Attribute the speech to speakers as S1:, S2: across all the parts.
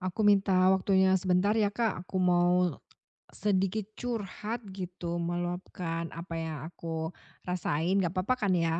S1: Aku minta waktunya sebentar ya Kak, aku mau sedikit curhat gitu, meluapkan apa yang aku rasain. Gak apa-apa kan ya?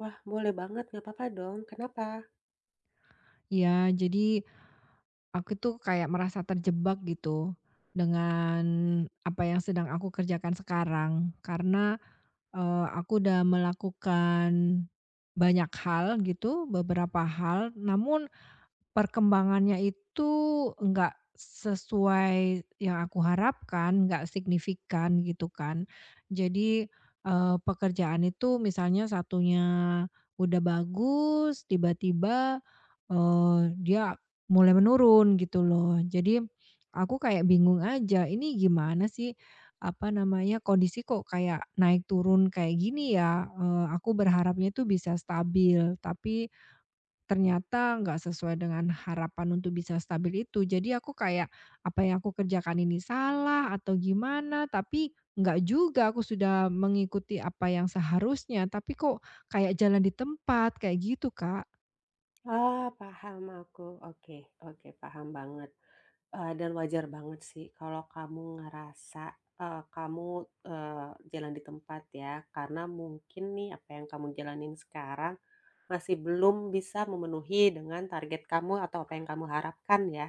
S2: Wah, boleh banget, nggak papa dong. Kenapa?
S1: Ya, jadi aku tuh kayak merasa terjebak gitu dengan apa yang sedang aku kerjakan sekarang. Karena, aku udah melakukan banyak hal gitu, beberapa hal, namun perkembangannya itu nggak sesuai yang aku harapkan, nggak signifikan gitu kan. Jadi, pekerjaan itu misalnya satunya udah bagus, tiba-tiba, dia mulai menurun gitu loh. Jadi aku kayak bingung aja, ini gimana sih, apa namanya, kondisi kok kayak naik turun kayak gini ya? Aku berharapnya tuh bisa stabil, tapi ternyata nggak sesuai dengan harapan untuk bisa stabil itu. Jadi aku kayak, apa yang aku kerjakan ini salah atau gimana, tapi nggak juga, aku sudah mengikuti apa yang seharusnya, tapi kok kayak jalan di tempat, kayak gitu Kak.
S2: Ah, paham aku. Oke, oke, paham banget. Dan wajar banget sih kalau kamu ngerasa eh, kamu eh, jalan di tempat ya, karena mungkin nih apa yang kamu jalanin sekarang masih belum bisa memenuhi dengan target kamu atau apa yang kamu harapkan ya.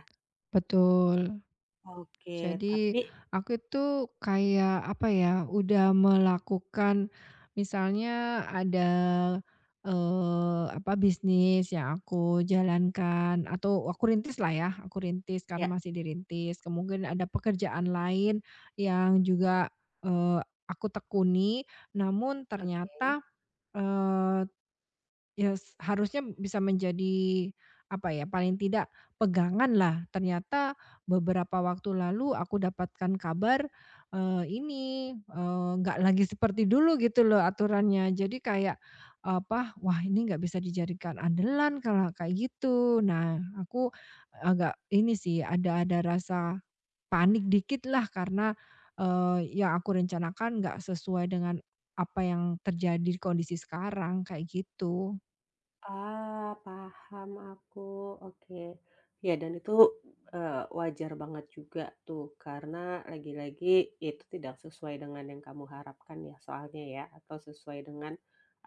S1: Betul.
S2: Oke,
S1: Jadi
S2: tapi
S1: aku itu kayak apa ya, udah melakukan misalnya ada, apa, bisnis yang aku jalankan atau aku rintis lah ya, aku rintis karena
S2: ya,
S1: masih dirintis, kemudian ada pekerjaan lain yang juga, eee, aku tekuni, namun
S2: oke.
S1: ternyata, eh, ya s harusnya bisa menjadi, apa ya, paling tidak pegangan lah. Ternyata beberapa waktu lalu aku dapatkan kabar, ini, nggak lagi seperti dulu gitu loh aturannya. Jadi kayak, apa, wah ini nggak bisa dijadikan andalan kalau kayak gitu. Nah aku agak ini sih, ada rasa panik dikit lah karena, yang aku rencanakan nggak sesuai dengan apa yang terjadi di kondisi sekarang, kayak gitu.
S2: Ah, paham aku, oke. Ya dan itu, wajar banget juga tuh karena lagi-lagi itu tidak sesuai dengan yang kamu harapkan ya soalnya ya, atau sesuai dengan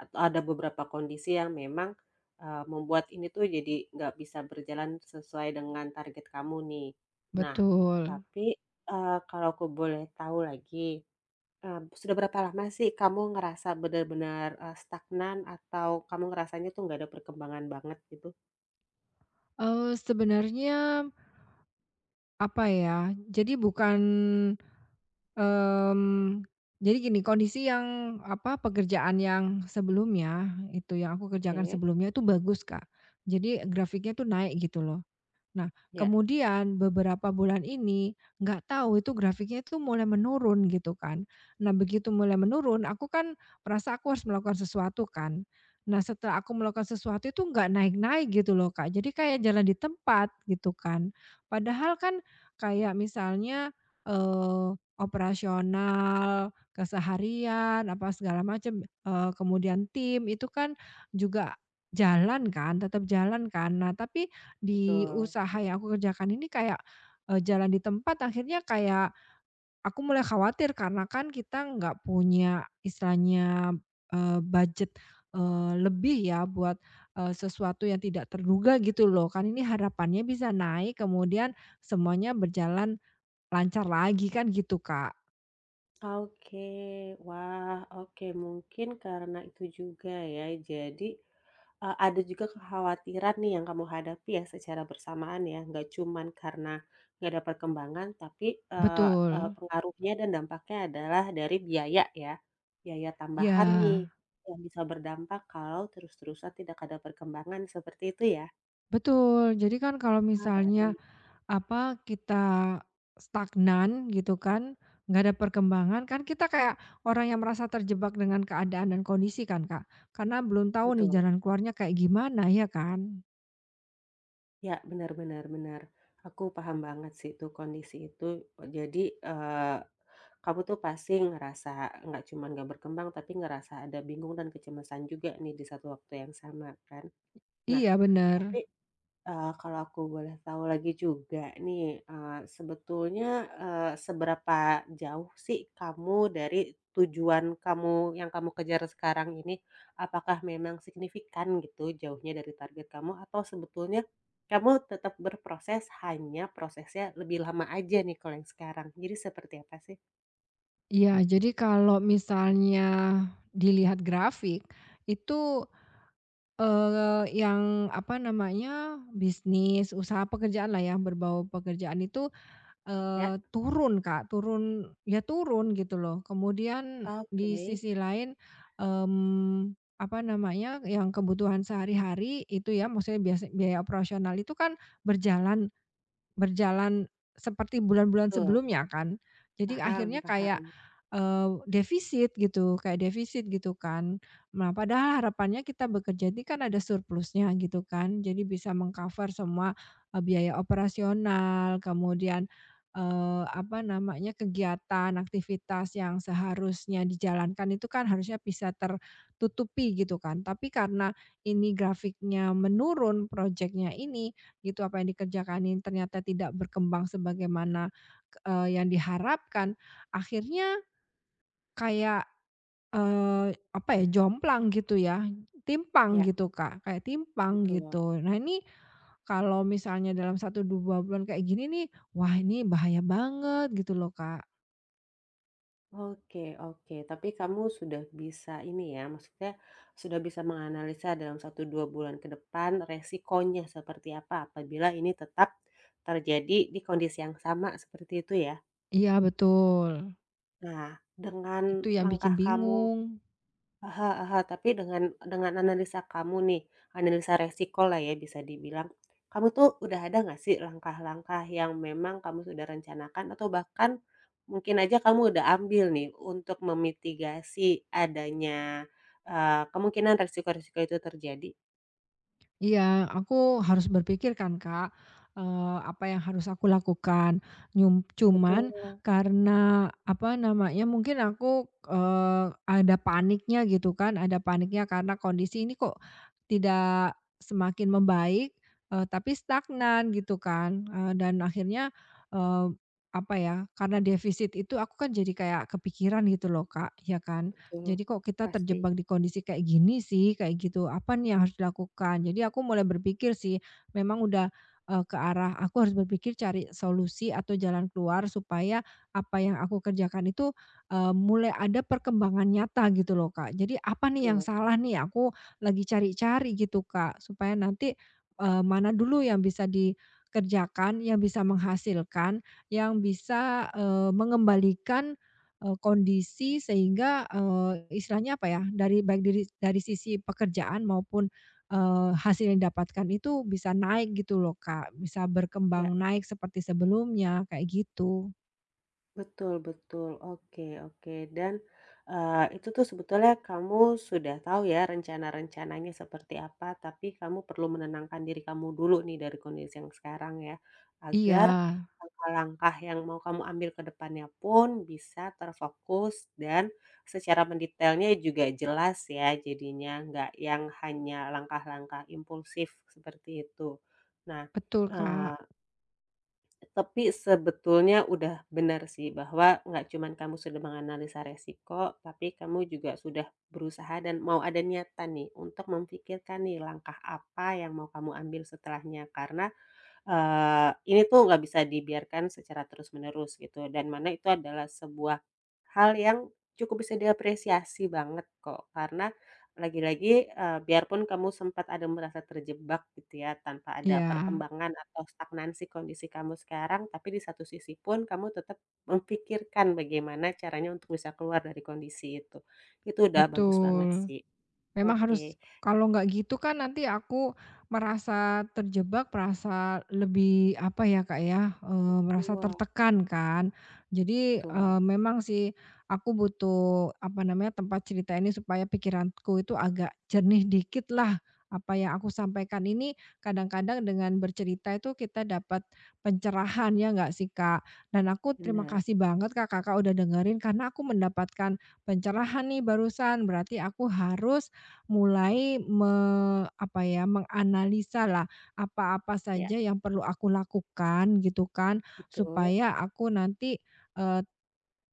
S2: atau ada beberapa kondisi yang memang, membuat ini tuh jadi nggak bisa berjalan sesuai dengan target kamu nih. Nah,
S1: Betul.
S2: tapi, kalau aku boleh tahu lagi. Eee, sudah berapa lama sih kamu ngerasa benar-benar, stagnan atau kamu ngerasanya tuh nggak ada perkembangan banget gitu?
S1: Sebenarnya, apa ya, jadi bukan, mmm, jadi gini, kondisi yang, apa, pekerjaan yang sebelumnya, itu yang aku kerjakan
S2: Oke.
S1: sebelumnya itu bagus, Kak. Jadi grafiknya tuh naik gitu loh. Nah,
S2: Ya,
S1: kemudian beberapa bulan ini, nggak tahu itu grafiknya itu mulai menurun gitu kan. Nah, begitu mulai menurun, aku kan merasa aku harus melakukan sesuatu kan. Nah, setelah aku melakukan sesuatu itu nggak naik-naik gitu loh, Kak. Jadi kayak jalan di tempat gitu kan. Padahal kan kayak misalnya, eee, operasional, keseharian, apa segala macam, kemudian tim itu kan juga jalan kan, tetap jalan kan. Nah, tapi di
S2: betul.
S1: usaha yang aku kerjakan ini kayak, jalan di tempat akhirnya kayak aku mulai khawatir karena kan kita nggak punya istilahnya, budget, lebih ya buat, sesuatu yang tidak terduga gitu loh. Kan ini harapannya bisa naik kemudian semuanya berjalan lancar lagi kan gitu, Kak.
S2: Oke, wah, oke, mungkin karena itu juga ya. Jadi, ada juga kekhawatiran nih yang kamu hadapi ya secara bersamaan ya, nggak cuman karena nggak ada perkembangan, tapi, eee eee,
S1: Betul,
S2: pengaruhnya dan dampaknya adalah dari biaya ya, biaya tambahan nih
S1: ya
S2: yang bisa berdampak kalau terus-terusan tidak ada perkembangan, seperti itu ya?
S1: betul. Jadi kan kalau
S2: Ah,
S1: misalnya
S2: baik,
S1: apa, kita stagnan gitu kan, nggak ada perkembangan, kan kita kayak orang yang merasa terjebak dengan keadaan dan kondisi kan, Kak. Karena belum tahu nih
S2: betul.
S1: jalan keluarnya kayak gimana, ya kan?
S2: Ya, benar-benar benar benar benar. Aku paham banget sih itu, kondisi itu. Jadi, eh, kamu tuh pasti ngerasa nggak cuman nggak berkembang, tapi ngerasa ada bingung dan kecemasan juga nih di satu waktu yang sama kan. Nah,
S1: Iya, bener.
S2: tapi, kalau aku boleh tahu lagi juga nih, sebetulnya, seberapa jauh sih kamu dari tujuan kamu yang kamu kejar sekarang ini? Apakah memang signifikan gitu jauhnya dari target kamu atau sebetulnya kamu tetap berproses, hanya prosesnya lebih lama aja nih kalau yang sekarang? Jadi seperti apa sih?
S1: Iya, jadi kalau misalnya dilihat grafik, itu, yang apa namanya, bisnis, usaha pekerjaan lah yang berbau pekerjaan itu
S2: Ya.
S1: Turun Kak, turun ya turun gitu loh. Kemudian di
S2: Oke,
S1: sisi lain, mmm, apa namanya, yang kebutuhan sehari-hari itu ya, maksudnya biasa biaya operasional itu kan berjalan, berjalan seperti bulan-bulan
S2: betul,
S1: sebelumnya kan. Jadi
S2: paham
S1: akhirnya kayak,
S2: paham,
S1: defisit gitu, kayak defisit gitu kan. Nah, padahal harapannya kita bekerja ini kan ada surplusnya gitu kan, jadi bisa mengcover semua, biaya operasional, kemudian, apa namanya, kegiatan, aktivitas yang seharusnya dijalankan itu kan harusnya bisa tertutupi gitu kan. Tapi karena ini grafiknya menurun proyeknya ini gitu, apa yang dikerjakan ini ternyata tidak berkembang sebagaimana, yang diharapkan, akhirnya kayak, eee, apa ya, jomplang gitu ya, timpang
S2: ya,
S1: gitu, Kak, kayak timpang
S2: betul.
S1: gitu. Nah, ini kalau misalnya dalam satu 2 bulan kayak gini nih, wah ini bahaya banget gitu loh, Kak.
S2: Oke oke, tapi kamu sudah bisa ini ya, maksudnya sudah bisa menganalisa dalam satu 2 bulan ke depan resikonya seperti apa apabila ini tetap terjadi di kondisi yang sama seperti itu ya?
S1: Iya betul,
S2: Nah, dengan
S1: itu yang
S2: langkah
S1: bikin
S2: kamu.
S1: bingung.
S2: Aha aha, tapi dengan analisa kamu nih, analisa resiko lah ya bisa dibilang, kamu tuh udah ada nggak sih langkah-langkah yang memang kamu sudah rencanakan atau bahkan mungkin aja kamu udah ambil nih untuk memitigasi adanya, kemungkinan resiko-resiko itu terjadi?
S1: Iya, aku harus berpikir kan, Kak, apa yang harus aku lakukan. Nyum
S2: Betul
S1: cuman karena, apa namanya, mungkin aku, ada paniknya gitu kan, ada paniknya karena kondisi ini kok tidak semakin membaik, tapi stagnan gitu kan, dan akhirnya, eee, apa ya, karena defisit itu aku kan jadi kayak kepikiran gitu loh Kak, ya kan.
S2: betul,
S1: Jadi kok kita
S2: pasti.
S1: terjebak di kondisi kayak gini sih, kayak gitu, apa nih yang harus dilakukan? Jadi aku mulai berpikir sih, memang udah, ke arah aku harus berpikir cari solusi atau jalan keluar supaya apa yang aku kerjakan itu, mulai ada perkembangan nyata gitu loh Kak. Jadi apa nih yang
S2: Betul,
S1: salah nih? Aku lagi cari-cari gitu, Kak, supaya nanti, mana dulu yang bisa dikerjakan, yang bisa menghasilkan, yang bisa, mengembalikan, kondisi sehingga, istilahnya apa ya, dari baik dari sisi pekerjaan maupun, hasil yang didapatkan itu bisa naik gitu loh, Kak, bisa
S2: ya.
S1: berkembang naik seperti sebelumnya, kayak gitu.
S2: Betul betul, oke oke, dan, itu tuh sebetulnya kamu sudah tahu ya rencana-rencananya seperti apa, tapi kamu perlu menenangkan diri kamu dulu nih dari kondisi yang sekarang ya, agar
S1: Iya,
S2: langkah-langkah yang mau kamu ambil ke depannya pun bisa terfokus dan secara mendetailnya juga jelas ya jadinya, nggak yang hanya langkah-langkah impulsif seperti itu. Nah,
S1: betul, Kak.
S2: tapi sebetulnya udah benar sih bahwa nggak cuman kamu sudah menganalisa resiko, tapi kamu juga sudah berusaha dan mau ada niatan nih untuk memikirkan nih langkah apa yang mau kamu ambil setelahnya. Karena ini tuh nggak bisa dibiarkan secara terus-menerus gitu, dan mana itu adalah sebuah hal yang cukup bisa diapresiasi banget kok. Karena lagi-lagi, biarpun kamu sempat ada merasa terjebak gitu ya, tanpa ada
S1: Iya,
S2: perkembangan atau stagnansi kondisi kamu sekarang, tapi di satu sisi pun kamu tetap memikirkan bagaimana caranya untuk bisa keluar dari kondisi itu. Itu udah bagus banget
S1: betul.
S2: sih.
S1: Memang harus,
S2: Oke.
S1: kalau nggak gitu kan nanti aku merasa terjebak, merasa lebih apa ya, Kak, ya, merasa
S2: Wah,
S1: tertekan kan. Jadi,
S2: betul.
S1: memang sih aku butuh apa namanya, tempat cerita ini supaya pikiranku itu agak jernih dikit lah. Apa yang aku sampaikan ini kadang-kadang dengan bercerita itu kita dapat pencerahan, ya nggak sih, Kak? Dan aku terima
S2: Benar.
S1: kasih banget, Kak, Kakak udah dengerin karena aku mendapatkan pencerahan nih barusan. Berarti aku harus mulai me apa ya, menganalisa lah apa-apa
S2: Ya
S1: saja yang perlu aku lakukan gitu kan,
S2: betul.
S1: supaya aku nanti, eee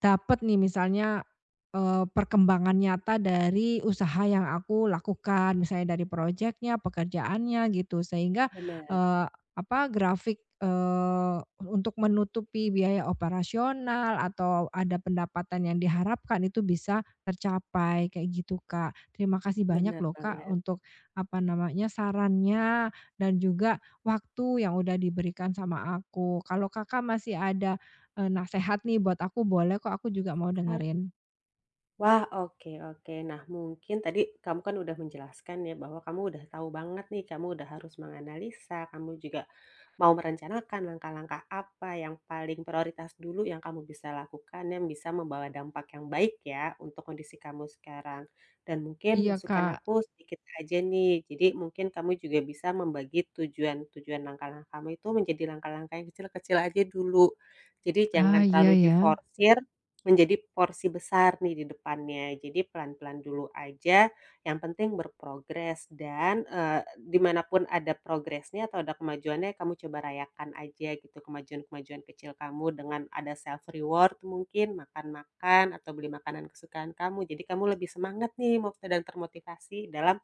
S1: dapat nih misalnya, perkembangan nyata dari usaha yang aku lakukan, misalnya dari projeknya, pekerjaannya gitu sehingga,
S2: Benar.
S1: eee, apa, grafik, untuk menutupi biaya operasional atau ada pendapatan yang diharapkan itu bisa tercapai, kayak gitu, Kak. Terima kasih banyak
S2: Benar
S1: loh, Kak,
S2: banget.
S1: untuk apa namanya, sarannya dan juga waktu yang udah diberikan sama aku. Kalau Kakak masih ada nasehat nih buat aku boleh kok, aku juga mau
S2: Ah,
S1: dengerin.
S2: Wah, oke oke. Nah, mungkin tadi kamu kan udah menjelaskan ya bahwa kamu udah tahu banget nih, kamu udah harus menganalisa, kamu juga mau merencanakan langkah-langkah apa yang paling prioritas dulu yang kamu bisa lakukan yang bisa membawa dampak yang baik ya untuk kondisi kamu sekarang. Dan mungkin
S1: Iya,
S2: masukan
S1: Kak.
S2: aku sedikit aja nih, jadi mungkin kamu juga bisa membagi tujuan-tujuan langkah-langkah kamu itu menjadi langkah-langkah yang kecil-kecil aja dulu. Jadi
S1: Ah,
S2: jangan
S1: iya
S2: terlalu
S1: ya.
S2: diforsir menjadi porsi besar nih di depannya. Jadi pelan-pelan dulu aja yang penting berprogres dan, eee, di ada progresnya atau ada kemajuannya kamu coba rayakan aja gitu kemajuan-kemajuan kecil kamu dengan ada self reward mungkin, makan-makan atau beli makanan kesukaan kamu. Jadi kamu lebih semangat nih dan termotivasi dalam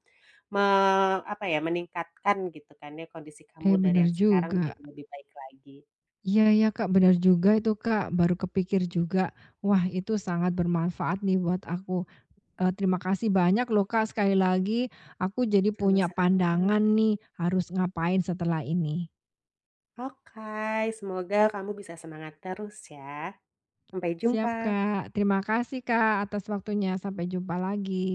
S2: me meningkatkan gitu kan ya kondisi kamu
S1: Eh,
S2: dari
S1: bener
S2: yang sekarang
S1: juga.
S2: menjadi lebih baik lagi.
S1: Iya ya, Kak, bener juga itu, Kak, baru kepikir juga. Wah, itu sangat bermanfaat nih buat aku. Terima kasih banyak loh, Kak, sekali lagi aku jadi punya
S2: Sama-sama.
S1: pandangan nih harus ngapain setelah ini.
S2: Oke, semoga kamu bisa semangat terus ya. Sampai
S1: Siap,
S2: jumpa.
S1: Kak. Terima kasih, Kak, atas waktunya. Sampai jumpa lagi.